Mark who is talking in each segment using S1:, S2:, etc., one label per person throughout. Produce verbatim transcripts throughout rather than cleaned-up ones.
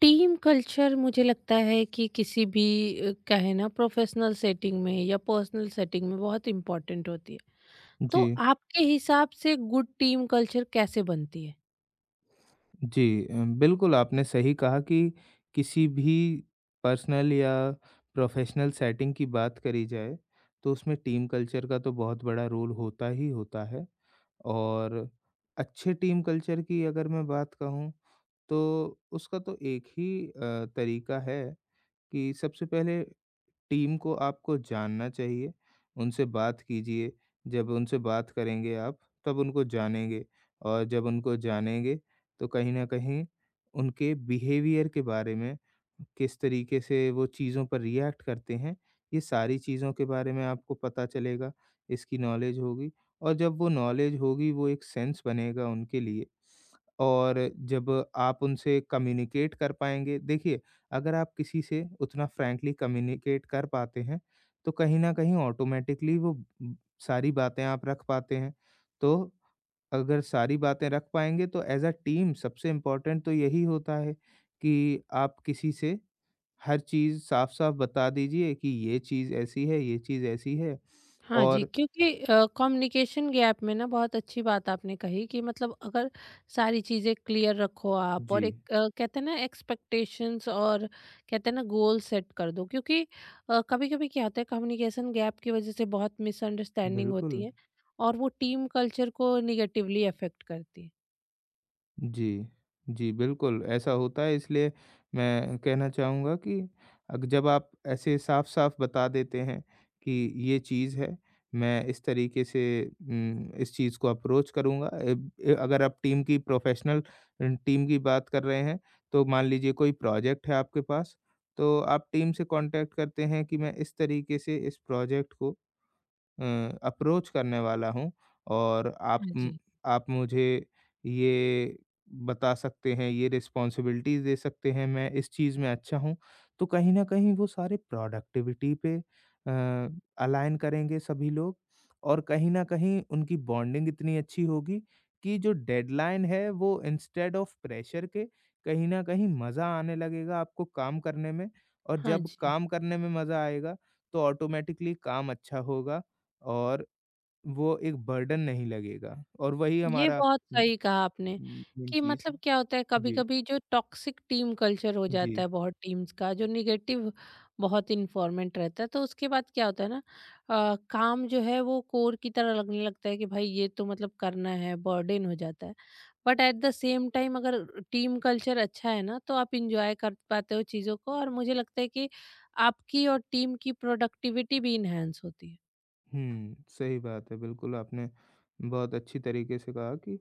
S1: Team culture मुझे लगता है कि किसी भी अ, क्या है ना प्रोफेशनल सेटिंग में या पर्सनल सेटिंग में बहुत इम्पोर्टेंट होती है। तो
S2: जी,
S1: आपके हिसाब से गुड टीम कल्चर कैसे बनती है?
S2: जी। अ, बिल्कुल आपने सही कहा कि किसी भी पर्सनल या प्रोफ़ेशनल सेटिंग की बात करी जाए, तो उसमें टीम कल्चर का तो बहुत बड़ा रोल होता ही होता है। और अच्छे टीम कल्चर की अगर मैं बात कहूँ, तो उसका तो एक ही अ, तरीका है कि सबसे पहले टीम को आपको जानना चाहिए, उनसे बात कीजिए, जब उनसे बात करेंगे आप, तब उनको जानेंगे और जब उनको जानेंगे, तो कहीं न कहीं उनके बिहेवियर के बारे में, किस तरीके से वो चीज़ों पर रिएक्ट करते हैं, ये सारी चीज़ों के बारे में आपको पता चलेगा, इसकी नॉलेज होगी और जब वो नॉलेज होगी, वो एक सेंस बनेगा उनके लिए और जब आप उनसे कम्युनिकेट कर पाएँगे देखिए, अगर आप किसी से उतना फ्रैंकली कम्युनिकेट कर पाते हैं, तो कहीं न कहीं ऑटोमैटिकली वो उम, सारी बातें आप रख पाते हैं। तो अगर सारी बातें रख पाएँगे तो एज़ अ टीम सबसे इम्पोर्टेंट तो यही होता है कि आप किसी से हर चीज़ साफ-साफ बता दीजिए कि ये चीज़ ऐसी है, ये चीज़ ऐसी है
S1: हाँ जी,
S2: और।
S1: क्योंकि अ, कम्युनिकेशन गैप में ना बहुत अच्छी बात आपने कही कि मतलब अगर सारी चीज़ें क्लियर रखो आप
S2: जी,
S1: और एक अ, कहते हैं ना एक्सपेक्टेशंस और कहते हैं ना गोल सेट कर दो, क्योंकि कभी-कभी क्या होता है कम्युनिकेशन गैप की वजह से बहुत मिसअंडरस्टैंडिंग
S2: बिल्कुल।
S1: होती है और वो टीम कल्चर को निगेटिवली अफेक्ट करती है।
S2: जी, जी, बिल्कुल ऐसा होता है इसलिए मैं कहना चाहूँगा कि अग जब आप ऐसे साफ-साफ बता देते हैं कि ये चीज़ है, मैं इस तरीके से उम, इस चीज़ को अप्रोच करूँगा। एब ए अगर आप टीम की प्रोफ़ेशनल अ, टीम की बात कर रहे हैं, तो मान लीजिए कोई प्रोजेक्ट है आपके पास, तो आप टीम से कॉन्टैक्ट करते हैं कि मैं इस तरीके से इस प्रोजेक्ट को अ, अप्रोच करने वाला हूँ और आप
S1: हाँ
S2: म
S1: जी।
S2: आप मुझे ये बता सकते हैं, ये रिस्पॉन्सिबिलिटीज़ दे सकते हैं, मैं इस चीज़ में अच्छा हूँ। तो कहीं न कहीं वो सारे प्रोडक्टिविटी पे अ, अलाइन करेंगे सभी लोग और कहीं न कहीं उनकी बॉन्डिंग इतनी अच्छी होगी कि जो डेडलाइन है वो इंस्टेड ऑफ प्रेशर के कहीं न कहीं मज़ा आने लगेगा आपको काम करने में और
S1: हाँ
S2: जब
S1: जी।
S2: काम करने में मज़ा आएगा, तो ऑटोमैटिकली काम अच्छा होगा और वो एक बर्डन नहीं लगेगा और वही
S1: ये
S2: हमारा
S1: बहुत
S2: उम,
S1: सही कहा आपने
S2: उम, मेन
S1: कि
S2: चीज़
S1: मतलब
S2: है।
S1: क्या होता है
S2: जी,
S1: कभी-कभी जो टॉक्सिक टीम कल्चर हो
S2: जी।
S1: जाता है बहुत टीम्स का जो निगेटिव बहुत इन्फॉर्मेंट रहता है तो उसके बाद क्या होता है ना, अ, काम जो है वो कोर की तरह लगने लगता है कि भाई ये तो मतलब करना है, बर्डन हो जाता है। But at the same time अगर टीम कल्चर अच्छा है ना तो आप इंजॉय कर पाते हो चीज़ों को और मुझे लगता है कि आपकी और टीम की प्रोडक्टिविटी भी इन्हेंस होती है।
S2: हुँ, सही बात है, बिल्कुल आपने बहुत अच्छी तरीके से कहा कि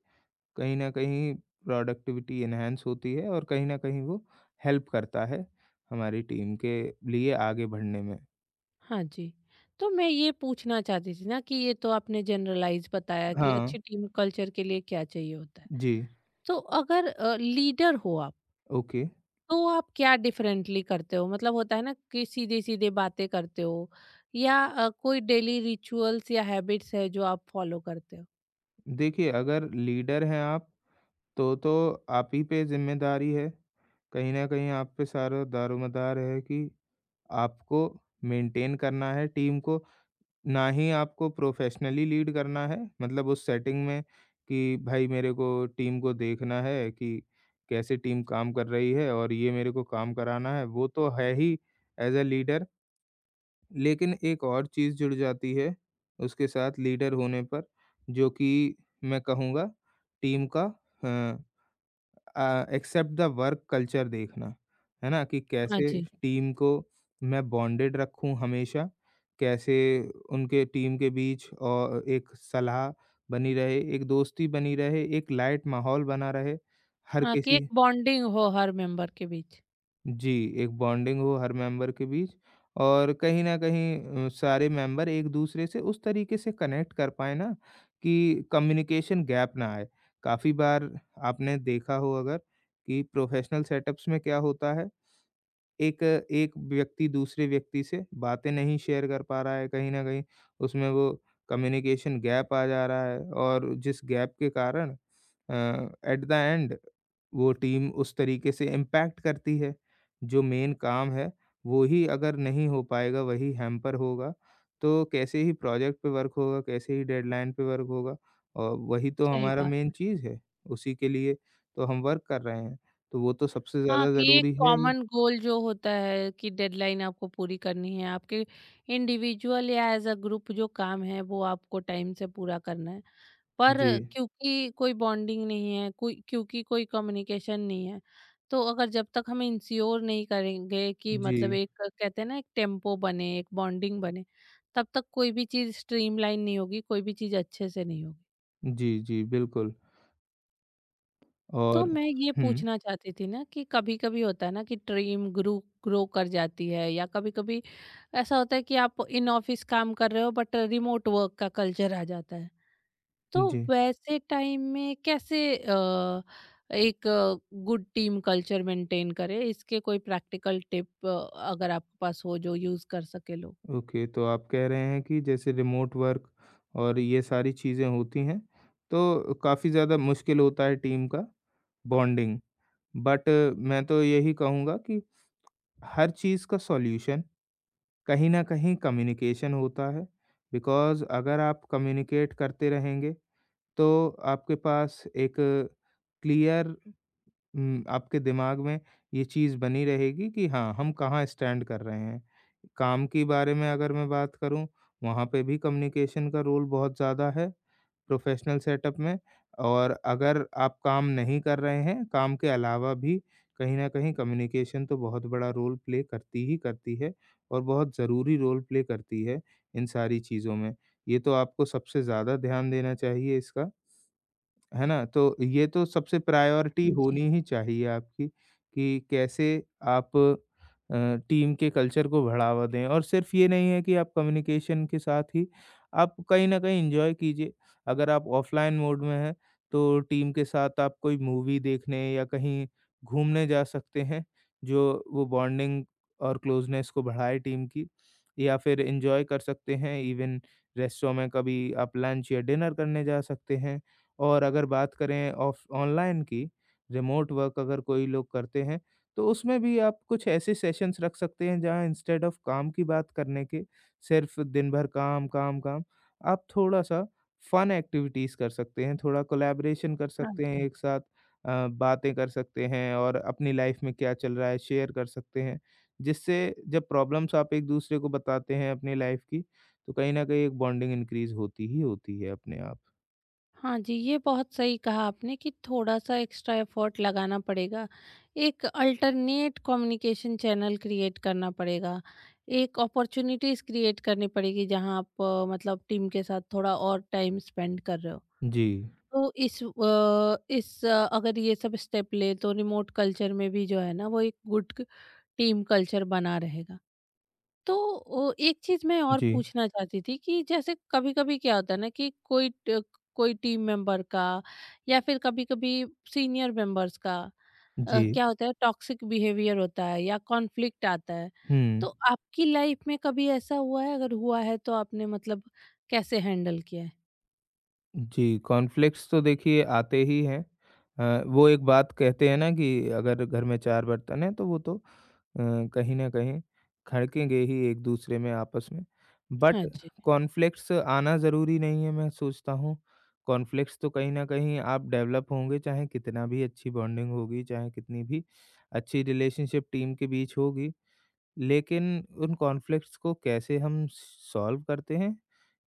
S2: कहीं न कहीं प्रोडक्टिविटी एनहांस होती है और कहीं न कहीं वो हेल्प करता है हमारी टीम के लिए आगे बढ़ने में।
S1: हाँ जी। तो मैं ये पूछना चाहती थी ना कि ये तो आपने जनरलाइज़ बताया कि
S2: हाँ,
S1: अच्छी टीम कल्चर के लिए क्या चाहिए होता है।
S2: जी,
S1: तो अगर अ, लीडर हो आप,
S2: ओके।
S1: तो आप क्या डिफरेंटली करते हो? मतलब होता है ना कि सीधे-सीधे बातें करते हो या अ, कोई डेली रिचुअल्स या हैबिट्स है जो आप फॉलो करते हो?
S2: देखिए अगर लीडर हैं आप तो तो आप ही पे ज़िम्मेदारी है, कहीं न कहीं आप पे सारा दारोमदार है कि आपको मेंटेन करना है टीम को, ना ही आपको प्रोफेशनली लीड करना है। मतलब उस सेटिंग में कि भाई मेरे को टीम को देखना है कि कैसे टीम काम कर रही है और ये मेरे को काम कराना है, वो तो है ही एज़ अ लीडर। लेकिन एक और चीज़ जुड़ जाती है उसके साथ लीडर होने पर, जो कि मैं कहूँगा टीम का uh accept the work culture देखना, है ना? कि
S1: हाँ
S2: कैसे
S1: जी।
S2: टीम को मैं बॉन्डेड रखूँ हमेशा, कैसे उनके टीम के बीच और एक सलाह बनी रहे, एक दोस्ती बनी रहे, एक लाइट माहौल बना रहे, हर
S1: हाँ, कि एक
S2: किसी।
S1: बॉन्डिंग हो हर मेंबर के बीच।
S2: जी, एक बॉन्डिंग हो हर मेंबर के बीच और कहीं न कहीं अ, सारे मेंबर एक-दूसरे से उस तरीके से कनेक्ट कर पाएँ ना कि कम्युनिकेशन गैप ना आए। काफ़ी बार आपने देखा हो अगर कि प्रोफ़ेशनल सेटअप्स में क्या होता है एक एक व्यक्ति दूसरे व्यक्ति से बातें नहीं शेयर कर पा रहा है कहीं न कहीं, उसमें वो कम्युनिकेशन गैप आ जा रहा है और जिस गैप के कारण अ, एट द एंड वो टीम उस तरीके से इम्पैक्ट करती है। जो मेन काम है, वो ही अगर नहीं हो पाएगा, वही हैम्पर होगा। तो कैसे ही प्रोजेक्ट पे वर्क होगा, कैसे ही डेडलाइन पे वर्क होगा और वही तो
S1: सही
S2: हमारा
S1: बात।
S2: मेन चीज़ है, उसी के लिए तो हम वर्क कर रहे हैं। तो वो तो सबसे
S1: हाँ,
S2: ज़्यादा
S1: कि एक
S2: ज़रूरी है ही।
S1: कॉमन गोल जो होता है कि डेडलाइन आपको पूरी करनी है, आपके इंडिविजुअल या एज़ अ ग्रुप जो काम है वो आपको टाइम से पूरा करना है। पर
S2: जी।
S1: क्योंकि कोई बॉन्डिंग नहीं है, कोई, क्योंकि कोई कम्युनिकेशन नहीं है, तो अगर जब तक हम इंश्योर नहीं करेंगे कि
S2: जी,
S1: मतलब एक कहते हैं ना एक टेम्पो बने, एक बॉन्डिंग बने, तब तक कोई भी चीज़ स्ट्रीमलाइन नहीं होगी, कोई भी चीज़ अच्छे से नहीं होगी।
S2: जी, जी, बिल्कुल
S1: तो
S2: और
S1: मैं ये
S2: हुँ,
S1: पूछना चाहती थी ना कि कभी कभी होता है ना कि ड्रीम ग्रो ग्रो कर जाती है या कभी कभी ऐसा होता है कि आप इन ऑफिस काम कर रहे हो बट रिमोट वर्क का कल्चर आ जाता है, तो
S2: जी,
S1: वैसे टाइम में कैसे अ, एक गुड टीम कल्चर मेंटेन करे, इसके कोई प्रैक्टिकल टिप अगर आपके पास हो जो यूज कर सके लोग।
S2: ओके। तो आप कह रहे हैं कि जैसे रिमोट वर्क और ये सारी चीज़ें होती हैं, तो काफ़ी ज़्यादा मुश्किल होता है टीम का बॉन्डिंग। बट मैं तो यही कहूँगा कि हर चीज़ का सॉल्यूशन कहीं न कहीं कम्युनिकेशन होता है, बिकॉज़ अगर आप कम्युनिकेट करते रहेंगे, तो आपके पास एक क्लियर हुँ, आपके दिमाग में ये चीज़ बनी रहेगी कि हाँ, हम कहाँ स्टैंड कर रहे हैं। काम के बारे में अगर मैं बात करूँ, वहाँ पे भी कम्युनिकेशन का रोल बहुत ज़्यादा है प्रोफ़ेशनल सेटअप में और अगर आप काम नहीं कर रहे हैं, काम के अलावा भी कहीं न कहीं कम्युनिकेशन तो बहुत बड़ा रोल प्ले करती ही करती है और बहुत ज़रूरी रोल प्ले करती है इन सारी चीज़ों में। ये तो आपको सबसे ज़्यादा ध्यान देना चाहिए इसका। है ना? तो ये तो सबसे प्रायोरिटी होनी
S1: जी।
S2: ही चाहिए आपकी कि कैसे आप अ, टीम के कल्चर को बढ़ावा दें और सिर्फ़ ये नहीं है कि आप कम्युनिकेशन के साथ ही आप कहीं न कहीं एन्जॉय कीजिए। अगर आप ऑफ़लाइन मोड में हैं, तो टीम के साथ आप कोई मूवी देखने या कहीं घूमने जा सकते हैं, जो वो बॉन्डिंग और क्लोज़नेस को बढ़ाए टीम की। या फिर एन्जॉय कर सकते हैं इवन रेस्टोरेंट में कभी आप लंच या डिनर करने जा सकते हैं। और अगर बात करें ऑफ ऑनलाइन की, रिमोट वर्क अगर कोई लोग करते हैं, तो उसमें भी आप कुछ ऐसे सेशंस रख सकते हैं जहाँ इंस्टेड ऑफ काम की बात करने के, सिर्फ़ दिन भर काम, काम, काम, आप थोड़ा-सा फन एक्टिविटीज़ कर सकते हैं, थोड़ा कोलैबोरेशन कर
S1: हाँ।
S2: सकते हैं एक साथ अ, बातें कर सकते हैं और अपनी लाइफ़ में क्या चल रहा है शेयर कर सकते हैं। जिससे जब प्रॉब्लम्स आप एक-दूसरे को बताते हैं अपनी लाइफ़ की, तो कहीं न कहीं एक बॉन्डिंग इनक्रीज़ होती ही होती है अपने आप।
S1: हाँ जी, ये बहुत सही कहा आपने कि थोड़ा-सा एक्स्ट्रा एफ़र्ट लगाना पड़ेगा। एक अल्टरनेट कम्युनिकेशन चैनल क्रिएट करना पड़ेगा। एक अपॉर्च्युनिटीज़ क्रिएट करनी पड़ेगी जहाँ आप अ, मतलब टीम के साथ थोड़ा और टाइम स्पेंड कर रहे हो।
S2: जी।
S1: तो इस अ, इस अ, अगर ये सब स्टेप लें तो रिमोट कल्चर में भी जो है ना वो एक गुड टीम कल्चर बना रहेगा। तो ओ, एक चीज मैं और
S2: जी,
S1: पूछना चाहती थी कि जैसे कभी-कभी क्या होता है ना कि कोई ट- कोई टीम मेंबर का या फिर कभी-कभी सीनियर मेंबर्स का अ,
S2: जी।
S1: क्या होता है, टॉक्सिक बिहेवियर होता है या कॉन्फ्लिक्ट आता है,
S2: हुँ,
S1: तो आपकी लाइफ में कभी ऐसा हुआ है? अगर हुआ है तो आपने मतलब कैसे हैंडल किया है?
S2: जी, कॉन्फ्लिक्ट्स तो देखिए आते ही हैं। अ, वो एक बात कहते हैं ना कि अगर घर में चार बर्तन हैं तो वो तो अ, कहीं न कहीं खड़केंगे ही एक-दूसरे में आपस में।
S1: हाँ
S2: बट
S1: जी।
S2: कॉन्फ्लिक्ट्स आना ज़रूरी नहीं है मैं सोचता हूँ। कॉन्फ्लिक्ट्स तो कहीं न कहीं आप डेवलप होंगे चाहे कितना भी अच्छी बॉन्डिंग होगी, चाहे कितनी भी अच्छी रिलेशनशिप टीम के बीच होगी। लेकिन उन कॉन्फ्लिक्ट्स को कैसे हम सॉल्व करते हैं,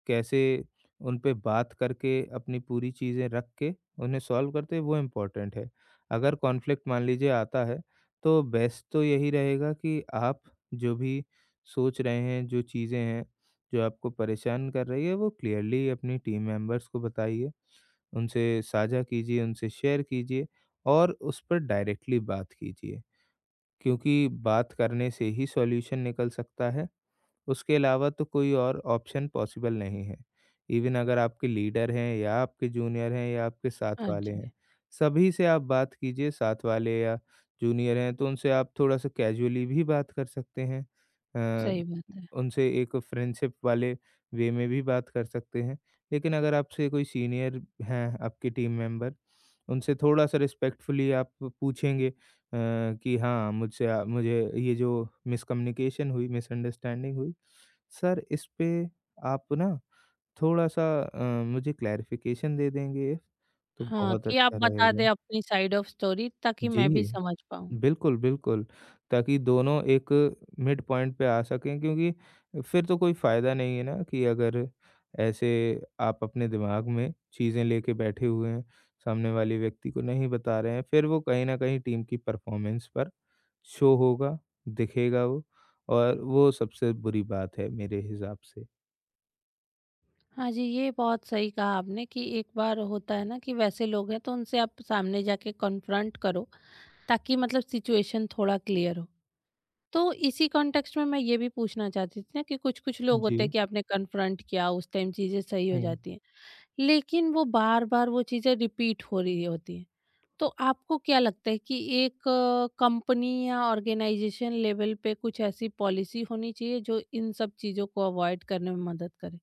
S2: कैसे उन पे बात करके अपनी पूरी चीज़ें रख के उन्हें सॉल्व करते हैं, वो इम्पोर्टेंट है। अगर कॉन्फ्लिक्ट मान लीजिए आता है, तो बेस्ट तो यही रहेगा कि आप जो भी सोच रहे हैं, जो चीज़ें हैं, जो आपको परेशान कर रही है, वो क्लियरली अपनी टीम मेंबर्स को बताइए, उनसे साझा कीजिए, उनसे शेयर कीजिए और उस पर डायरेक्टली बात कीजिए। क्योंकि बात करने से ही सॉल्यूशन निकल सकता है, उसके अलावा तो कोई और ऑप्शन पॉसिबल नहीं है। इवन अगर आपके लीडर हैं या आपके जूनियर हैं या आपके साथ
S1: हाँ
S2: वाले
S1: जी।
S2: हैं, सभी से आप बात कीजिए, साथ वाले या जूनियर हैं, तो उनसे आप थोड़ा-सा कैजुअली भी बात कर सकते हैं। अ,
S1: सही बात है।
S2: उनसे एक फ्रेंडशिप वाले वे में भी बात कर सकते हैं। लेकिन अगर आपसे कोई सीनियर हैं, आपके टीम मेंबर, उनसे थोड़ा-सा रिस्पेक्टफुली आप पूछेंगे अ, कि हाँ, मुझसे अ, मुझे ये जो मिसकम्युनिकेशन हुई, मिसअंडरस्टैंडिंग हुई, सर इस पे आप ना थोड़ा-सा अ, मुझे क्लैरिफ़िकेशन दे देंगे तो
S1: हाँ,
S2: बहुत
S1: कि आप
S2: अच्छा
S1: बता दें
S2: रहेगा।
S1: अपनी साइड ऑफ स्टोरी ताकि मैं भी
S2: जी,
S1: समझ पाऊँ।
S2: बिल्कुल, बिल्कुल, ताकि दोनों एक मिड पॉइंट पे आ सकें क्योंकि फिर तो कोई फ़ायदा नहीं है ना कि अगर ऐसे आप अपने दिमाग में चीज़ें लेके बैठे हुए हैं, सामने वाले व्यक्ति को नहीं बता रहे हैं, फिर वो कहीं न कहीं टीम की परफ़ॉर्मेंस पर शो होगा, दिखेगा वो और वो सबसे बुरी बात है मेरे हिसाब से।
S1: हाँ जी, ये बहुत सही कहा आपने कि एक बार होता है ना कि वैसे लोग हैं तो उनसे आप सामने जाके कॉन्फ्रंट करो ताकि मतलब सिचुएशन थोड़ा क्लियर हो। तो इसी कॉन्टेक्स्ट में मैं ये भी पूछना चाहती थी ना कि कुछ-कुछ लोग
S2: जी।
S1: होते हैं कि आपने कॉन्फ्रंट किया उस टाइम चीज़ें सही हो
S2: हुँ।
S1: जाती हैं। लेकिन वो बार-बार वो चीज़ें रिपीट हो रही होती हैं। तो आपको क्या लगता है कि एक कंपनी या ऑर्गेनाइजेशन लेवल पे कुछ ऐसी पॉलिसी होनी चाहिए जो इन सब चीज़ों को अवॉइड करने में मदद करे?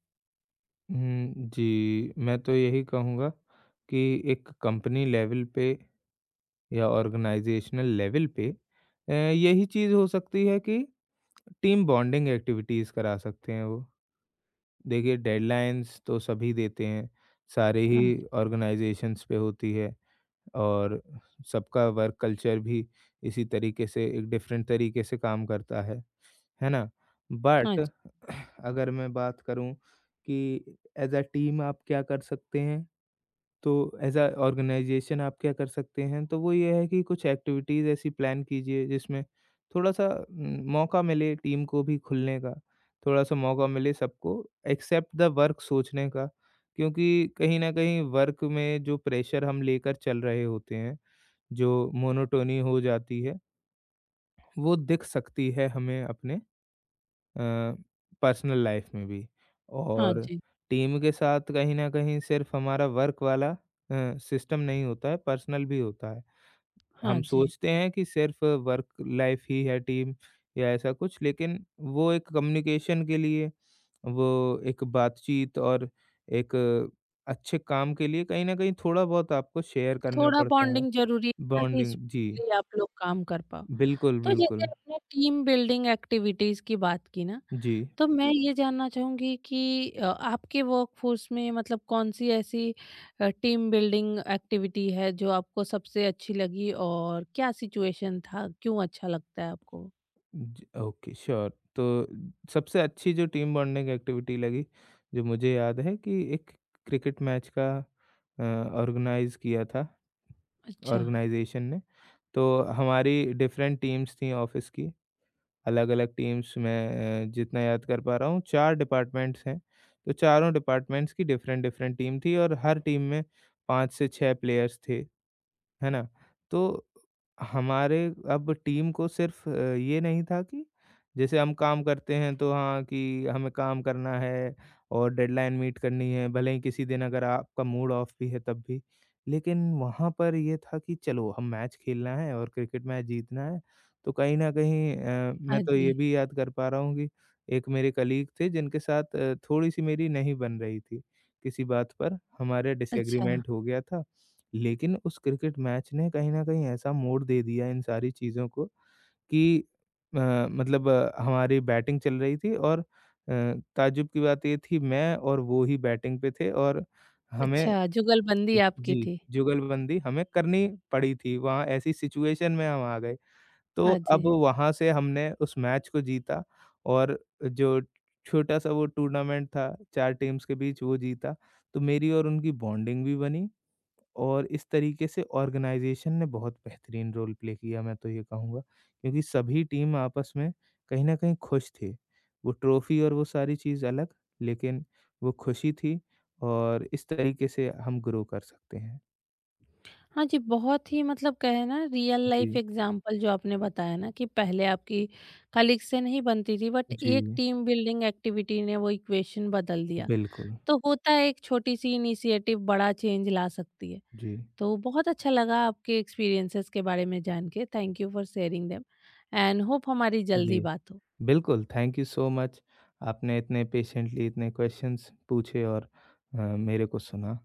S2: हुँ, जी, मैं तो यही कहूँगा कि एक कंपनी लेवल पे या ऑर्गनाइज़ेशनल लेवल पे अ, यही चीज़ हो सकती है कि टीम बॉन्डिंग एक्टिविटीज़ करा सकते हैं वो। देखिए डेडलाइन्स तो सभी देते हैं, सारे
S1: हाँ
S2: ही
S1: जी,
S2: ऑर्गनाइज़ेशंस पे होती है और सबका वर्क कल्चर भी इसी तरीके से एक डिफरेंट तरीके से काम करता है। है ना?
S1: हाँ
S2: बट
S1: जी,
S2: अगर मैं बात करूँ कि एज़ अ टीम आप क्या कर सकते हैं, तो एज़ अ ऑर्गेनाइज़ेशन आप क्या कर सकते हैं, तो वो ये है कि कुछ एक्टिविटीज़ ऐसी प्लान कीजिए जिसमें थोड़ा-सा उम, मौका मिले टीम को भी खुलने का, थोड़ा-सा मौका मिले सबको एक्सेप्ट द वर्क सोचने का। क्योंकि कहीं न कहीं वर्क में जो प्रेशर हम लेकर चल रहे होते हैं, जो मोनोटोनी हो जाती है, वो दिख सकती है हमें अपने पर्सनल लाइफ में भी
S1: हाँ
S2: और
S1: जी।
S2: टीम के साथ कहीं न कहीं सिर्फ़ हमारा वर्क वाला अ, सिस्टम नहीं होता है, पर्सनल भी होता है।
S1: हाँ
S2: हम
S1: जी,
S2: सोचते हैं कि सिर्फ़ वर्क लाइफ़ ही है टीम या ऐसा कुछ लेकिन वो एक कम्युनिकेशन के लिए, वो एक बातचीत और एक अच्छे काम के लिए कहीं न कहीं थोड़ा-बहुत आपको शेयर करना
S1: थोड़ा
S2: पड़ता है।
S1: बॉन्डिंग ज़रूरी है ताकि
S2: बॉन्डिंग जी,
S1: स्मूथली आप लोग काम कर पाओ।
S2: बिल्कुल,
S1: तो जैसे
S2: बिल्कुल।
S1: आपने टीम बिल्डिंग एक्टिविटीज़ की बात की ना,
S2: जी।
S1: तो मैं ये जानना चाहूँगी कि अ, आपके वर्कफ़ोर्स में मतलब कौन-सी ऐसी अ, टीम बिल्डिंग एक्टिविटी है जो आपको सबसे अच्छी लगी और क्या सिचुएशन था? क्यों अच्छा लगता है आपको?
S2: ज ओके, श्योर। तो सबसे अच्छी जो टीम बॉन्डिंग एक्टिविटी लगी, जो मुझे याद है कि एक क्रिकेट मैच का अ, ऑर्गेनाइज़ किया था,
S1: अच्छा।
S2: ऑर्गेनाइज़ेशन ने। तो हमारी डिफरेंट टीम्स थीं ऑफ़िस की, अलग-अलग टीम्स मैं अ, जितना याद कर पा रहा हूँ चार डिपार्टमेंट्स हैं। तो चारों डिपार्टमेंट्स की डिफरेंट-डिफरेंट टीम थी और हर टीम में पाँच से छह प्लेयर्स थे। है ना? तो हमारे अब टीम को सिर्फ अ, ये नहीं था कि जैसे हम काम करते हैं तो हाँ, कि हमें काम करना है और डेडलाइन मीट करनी है, भले ही किसी दिन अगर आपका मूड ऑफ भी है तब भी। लेकिन वहाँ पर ये था कि चलो हम मैच खेलना है और क्रिकेट मैच जीतना है, तो कहीं न कहीं अ, मैं
S1: हाँ
S2: तो ये
S1: जी।
S2: भी याद कर पा रहा हूँ कि एक मेरे कलीग थे जिनके साथ अ, थोड़ी-सी मेरी नहीं बन रही थी, किसी बात पर हमारे
S1: अच्छा।
S2: डिसएग्रीमेंट हो गया था लेकिन उस क्रिकेट मैच ने कहीं न कहीं ऐसा मोड़ दे दिया इन सारी चीज़ों को कि अ, मतलब अ, हमारी बैटिंग चल रही थी और अ, ताज्जुब की बात ये थी मैं और वो ही बैटिंग पे थे और हमें।
S1: अच्छा, जुगलबंदी आपकी
S2: जी,
S1: थी।
S2: जुगलबंदी हमें करनी पड़ी थी वहाँ ऐसी सिचुएशन में हम आ गए। तो
S1: हाँ जी।
S2: अब वहाँ से हमने उस मैच को जीता और जो छोटा-सा वो टूर्नामेंट था चार टीम्स के बीच वो जीता। तो मेरी और उनकी बॉन्डिंग भी बनी और इस तरीके से ऑर्गेनाइज़ेशन ने बहुत बेहतरीन रोल प्ले किया मैं तो ये कहूँगा क्योंकि सभी टीम आपस में कहीं न कहीं खुश थी। वो ट्रॉफ़ी और वो सारी चीज़ अलग, लेकिन वो खुशी थी और इस तरीके से हम ग्रो कर सकते हैं।
S1: हाँ जी, बहुत ही मतलब कहे ना, रियल लाइफ
S2: जी,
S1: एग्जांपल जो आपने बताया ना कि पहले आपकी कलीग से नहीं बनती थी बट एक
S2: जी,
S1: टीम बिल्डिंग एक्टिविटी ने वो इक्वेशन बदल दिया।
S2: बिल्कुल।
S1: तो होता है, एक छोटी-सी इनिशिएटिव बड़ा चेंज ला सकती है।
S2: जी,
S1: तो बहुत अच्छा लगा आपके एक्सपीरियंसेस के बारे में जान के। Thank you for sharing them and hope हमारी
S2: जी,
S1: जल्दी बात हो।
S2: बिल्कुल, थैंक यू सो मच। आपने इतने पेशेंटली इतने क्वेश्चंस पूछे और अ, मेरे को सुना।